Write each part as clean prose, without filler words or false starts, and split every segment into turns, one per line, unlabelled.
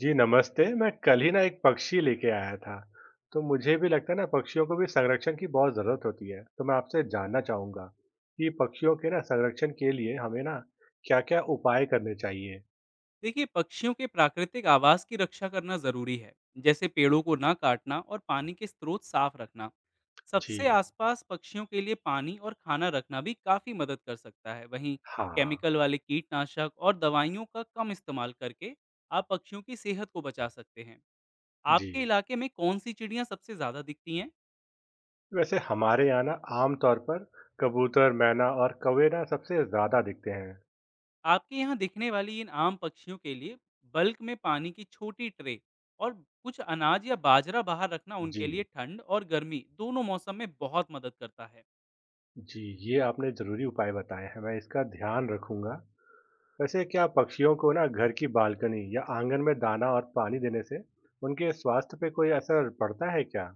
जी नमस्ते, मैं कल ही ना एक पक्षी लेके आया था, तो मुझे भी लगता है ना पक्षियों को भी संरक्षण की बहुत ज़रूरत होती है, तो मैं आपसे जानना चाहूँगा कि पक्षियों के ना संरक्षण के लिए हमें ना क्या-क्या उपाय करने चाहिए?
देखिए पक्षियों के प्राकृतिक आवास की रक्षा करना जरूरी है। जैसे पेड़ों को ना काटना और पानी के स्रोत साफ रखना। सबसे
जी।
आसपास पक्षियों के लिए पानी और खाना रखना भी काफी मदद कर सकता है। वहीं
हाँ,
केमिकल वाले कीटनाशक और दवाइयों का कम इस्तेमाल करके आप पक्षियों की सेहत को बचा सकते हैं।
जी।
आपके इलाके में कौन सी चिड़ियां सबसे ज्यादा दिखती हैं?
वैसे हमारे यहाँ ना आम तौर पर कबूतर, मैना और कौवे ना सबसे ज़्यादा दिखते हैं।
आपके यहाँ दिखने वाली इन आम पक्षियों के लिए बल्क में पानी की छोटी ट्रे और कुछ अनाज या बाजरा बाहर रखना
जी।
उनके लिए ठंड और गर्मी दोनों मौसम में बहुत मदद करता है।
जी, ये आपने ज़रूरी उपाय बताए हैं, मैं इसका ध्यान रखूँगा। वैसे क्या पक्षियों को ना घर की बालकनी या आंगन में दाना और पानी देने से उनके स्वास्थ्य पे कोई असर पड़ता है क्या?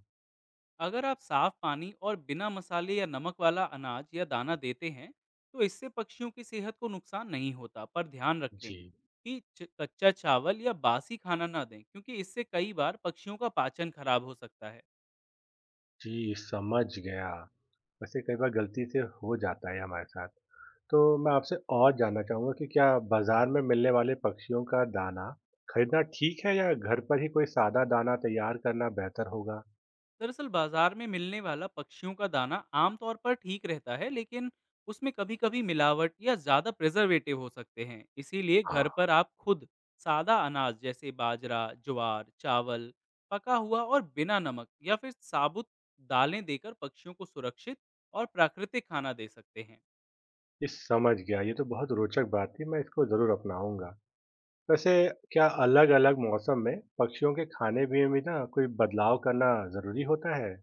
अगर आप साफ पानी और बिना मसाले या नमक वाला अनाज या दाना देते हैं, तो इससे पक्षियों की सेहत को नुकसान नहीं होता, पर ध्यान रखें
जी,
कि कच्चा चावल या बासी खाना ना दें, क्योंकि इससे कई बार पक्षियों का पाचन खराब हो सकता है।
जी समझ गया। वैसे कई बार गलती से हो जाता है हमारे साथ। तो मैं आपसे और जानना चाहूँगा कि क्या बाज़ार में मिलने वाले पक्षियों का दाना खरीदना ठीक है या घर पर ही कोई सादा दाना तैयार करना बेहतर होगा?
दरअसल बाजार में मिलने वाला पक्षियों का दाना आमतौर पर ठीक रहता है, लेकिन उसमें कभी कभी मिलावट या ज़्यादा प्रिजर्वेटिव हो सकते हैं। इसीलिए घर
हाँ,
पर आप खुद सादा अनाज जैसे बाजरा ज्वार चावल पका हुआ और बिना नमक या फिर साबुत दालें देकर पक्षियों को सुरक्षित और प्राकृतिक खाना दे सकते हैं।
ये समझ गया। ये तो बहुत रोचक बात थी, मैं इसको ज़रूर अपनाऊँगा। वैसे क्या अलग-अलग मौसम में पक्षियों के खाने पीने में ना कोई बदलाव करना ज़रूरी होता है?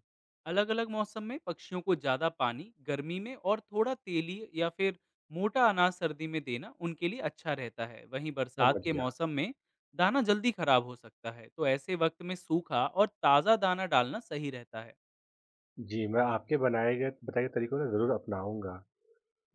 अलग-अलग मौसम में पक्षियों को ज़्यादा पानी गर्मी में और थोड़ा तेली या फिर मोटा अनाज सर्दी में देना उनके लिए अच्छा रहता है। वहीं बरसात
समझ
के
गया।
मौसम में दाना जल्दी खराब हो सकता है, तो ऐसे वक्त में सूखा और ताज़ा दाना डालना सही रहता है।
जी, मैं आपके बनाए गए बताए गए तरीकों को ज़रूर अपनाऊँगा।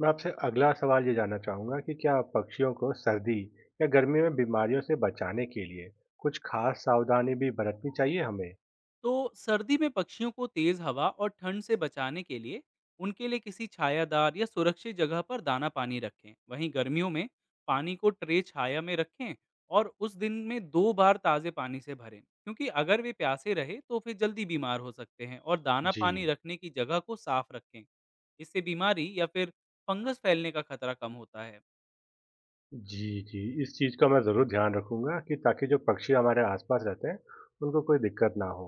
मैं आपसे अगला सवाल ये जानना चाहूँगा कि क्या पक्षियों को सर्दी या गर्मी में बीमारियों से बचाने के लिए कुछ खास सावधानी भी बरतनी चाहिए हमें?
तो सर्दी में पक्षियों को तेज हवा और ठंड से बचाने के लिए उनके लिए किसी छायादार या सुरक्षित जगह पर दाना पानी रखें। वहीं गर्मियों में पानी को ट्रे छाया में रखें और उस दिन में 2 बार ताज़े पानी से भरें, क्योंकि अगर वे प्यासे रहे तो फिर जल्दी बीमार हो सकते हैं। और दाना
जी।
पानी रखने की जगह को साफ रखें। इससे बीमारी या फिर फंगस फैलने का खतरा कम होता है।
जी, इस चीज़ का मैं ज़रूर ध्यान रखूँगा कि ताकि जो पक्षी हमारे आसपास रहते हैं, उनको कोई दिक्कत ना हो।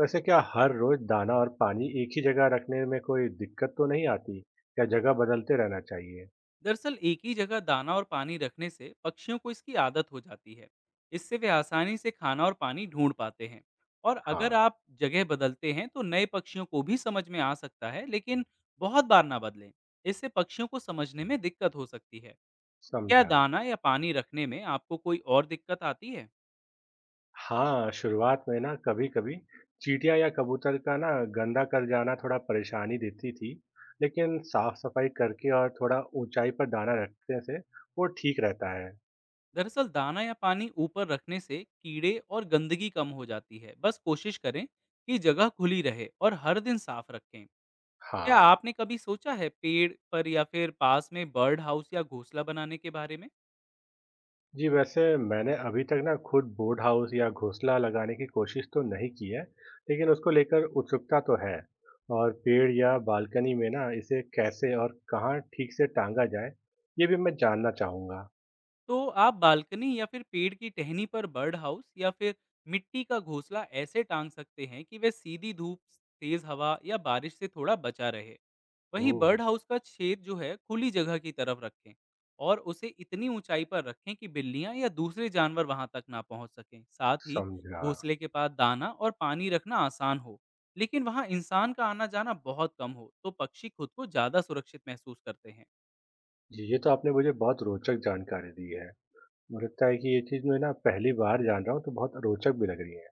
वैसे क्या हर रोज दाना और पानी एक ही जगह रखने में कोई दिक्कत तो नहीं आती या जगह बदलते रहना चाहिए।
दरअसल एक ही जगह दाना और पानी रखने से पक्षियों को इसकी आदत हो जाती है। इससे वे आसानी से खाना और पानी ढूंढ पाते हैं। और अगर
हाँ।
आप जगह बदलते हैं तो नए पक्षियों को भी समझ में आ सकता है, लेकिन बहुत बार ना बदलें। इससे पक्षियों को समझने में दिक्कत हो सकती है। क्या
समझा।
दाना या पानी रखने में आपको कोई और दिक्कत आती है?
हाँ, शुरुआत में ना कभी कभी चींटियां या कबूतर का ना गंदा कर जाना थोड़ा परेशानी देती थी लेकिन साफ सफाई करके और थोड़ा ऊंचाई पर दाना रखने से वो ठीक रहता है।
दरअसल दाना या पानी ऊपर रखने से कीड़े और गंदगी कम हो जाती है। बस कोशिश करें कि जगह खुली रहे और हर दिन साफ रखें। क्या
हाँ।
आपने कभी सोचा है पेड़ पर या फिर पास में बर्ड हाउस या घोंसला बनाने के बारे में?
जी, वैसे मैंने अभी तक ना खुद बोर्ड हाउस या घोंसला लगाने की कोशिश तो नहीं की है, लेकिन उसको लेकर उत्सुकता तो है। और पेड़ या बालकनी में ना इसे कैसे और कहाँ ठीक से टांगा जाए, ये भी मैं जानना चाहूँगा।
तो आप बालकनी या फिर पेड़ की टहनी पर बर्ड हाउस या फिर मिट्टी का घोंसला ऐसे टांग सकते हैं कि वे सीधी धूप, तेज हवा या बारिश से थोड़ा बचा रहे। वहीं
ओह!
बर्ड हाउस का छेद जो है खुली जगह की तरफ रखें और उसे इतनी ऊंचाई पर रखें कि बिल्लियां या दूसरे जानवर वहां तक ना पहुंच सकें। साथ ही
समझा।
घोंसले के पास दाना और पानी रखना आसान हो, लेकिन वहां इंसान का आना जाना बहुत कम हो, तो पक्षी खुद को ज्यादा सुरक्षित महसूस करते हैं।
जी, ये तो आपने मुझे बहुत रोचक जानकारी दी है। मुझे लगता है कि ये चीज़ मैं ना पहली बार जान रहा हूँ, तो बहुत रोचक भी लग रही है।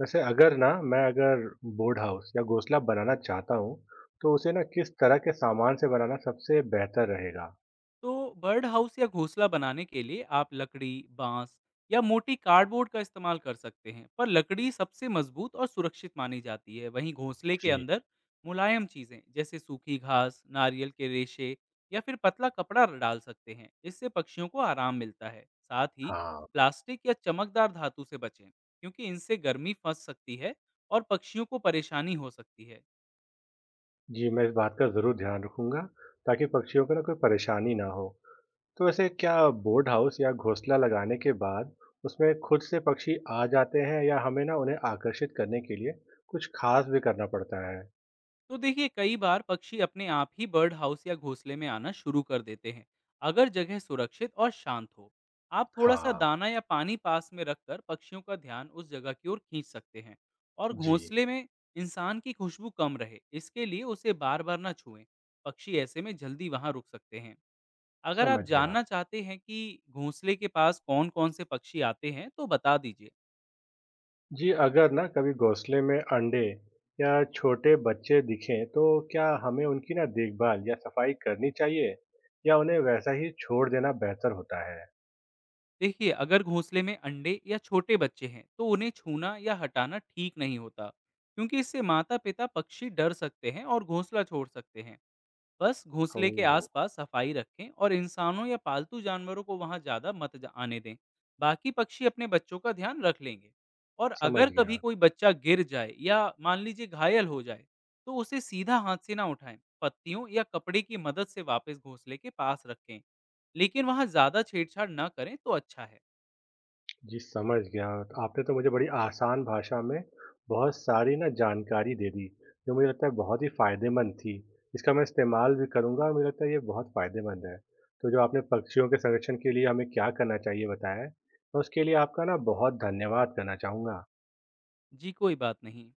वैसे अगर ना मैं अगर बोर्ड हाउस या घोंसला बनाना चाहता हूँ, तो उसे ना किस तरह के सामान से बनाना सबसे बेहतर रहेगा?
तो बर्ड हाउस या घोंसला बनाने के लिए आप लकड़ी, बांस या मोटी कार्डबोर्ड का इस्तेमाल कर सकते हैं, पर लकड़ी सबसे मजबूत और सुरक्षित मानी जाती है। वहीं घोंसले के
जी,
अंदर मुलायम चीजें जैसे सूखी घास, नारियल के रेशे या फिर पतला कपड़ा डाल सकते हैं। इससे पक्षियों को आराम मिलता है। साथ ही
हाँ।
प्लास्टिक या चमकदार धातु से बचें, क्योंकि इनसे गर्मी फंस सकती है और पक्षियों को परेशानी हो सकती है।
जी, मैं इस बात का ज़रूर ध्यान रखूँगा ताकि पक्षियों को ना कोई परेशानी ना हो। तो वैसे क्या बोर्ड हाउस या घोंसला लगाने के बाद उसमें खुद से पक्षी आ जाते हैं या हमें ना उन्हें आकर्षित करने के लिए कुछ ख़ास भी करना पड़ता है?
तो देखिए कई बार पक्षी अपने आप ही बर्ड हाउस या घोंसले में आना शुरू कर देते हैं अगर जगह सुरक्षित और शांत हो। आप थोड़ा सा
हाँ,
दाना या पानी पास में रखकर पक्षियों का ध्यान उस जगह की ओर खींच सकते हैं। और
जी,
घोंसले में इंसान की खुशबू कम रहे इसके लिए उसे बार बार ना छुएं। पक्षी ऐसे में जल्दी वहां रुक सकते हैं। अगर आप
समझ गया।
जानना चाहते हैं कि घोंसले के पास कौन कौन से पक्षी आते हैं तो बता दीजिए।
जी, अगर ना कभी घोंसले में अंडे या छोटे बच्चे दिखें तो क्या हमें उनकी ना देखभाल या सफाई करनी चाहिए या उन्हें वैसा ही छोड़ देना बेहतर होता है?
देखिए अगर घोंसले में अंडे या छोटे बच्चे हैं तो उन्हें छूना या हटाना ठीक नहीं होता, क्योंकि इससे माता पिता पक्षी डर सकते हैं और घोंसला छोड़ सकते हैं। बस घोंसले के
ओह!
आसपास सफाई रखें और इंसानों या पालतू जानवरों को वहां ज्यादा मत आने दें। बाकी पक्षी अपने बच्चों का ध्यान रख लेंगे। और
समझ
अगर कभी
गया।
कोई बच्चा गिर जाए या मान लीजिए घायल हो जाए तो उसे सीधा हाथ से ना उठाएं। पत्तियों या कपड़े की मदद से वापस घोंसले के पास रखें, लेकिन वहां ज्यादा छेड़छाड़ ना करें तो अच्छा है।
जी, समझ गया। आपने तो मुझे बड़ी आसान भाषा में बहुत सारी ना जानकारी दे दी, जो मुझे लगता है बहुत ही फ़ायदेमंद थी। इसका मैं इस्तेमाल भी करूँगा और मुझे लगता है ये बहुत फ़ायदेमंद है। तो जो आपने पक्षियों के संरक्षण के लिए हमें क्या करना चाहिए बताया है, मैं उसके लिए आपका ना बहुत धन्यवाद करना चाहूँगा।
जी, कोई बात नहीं।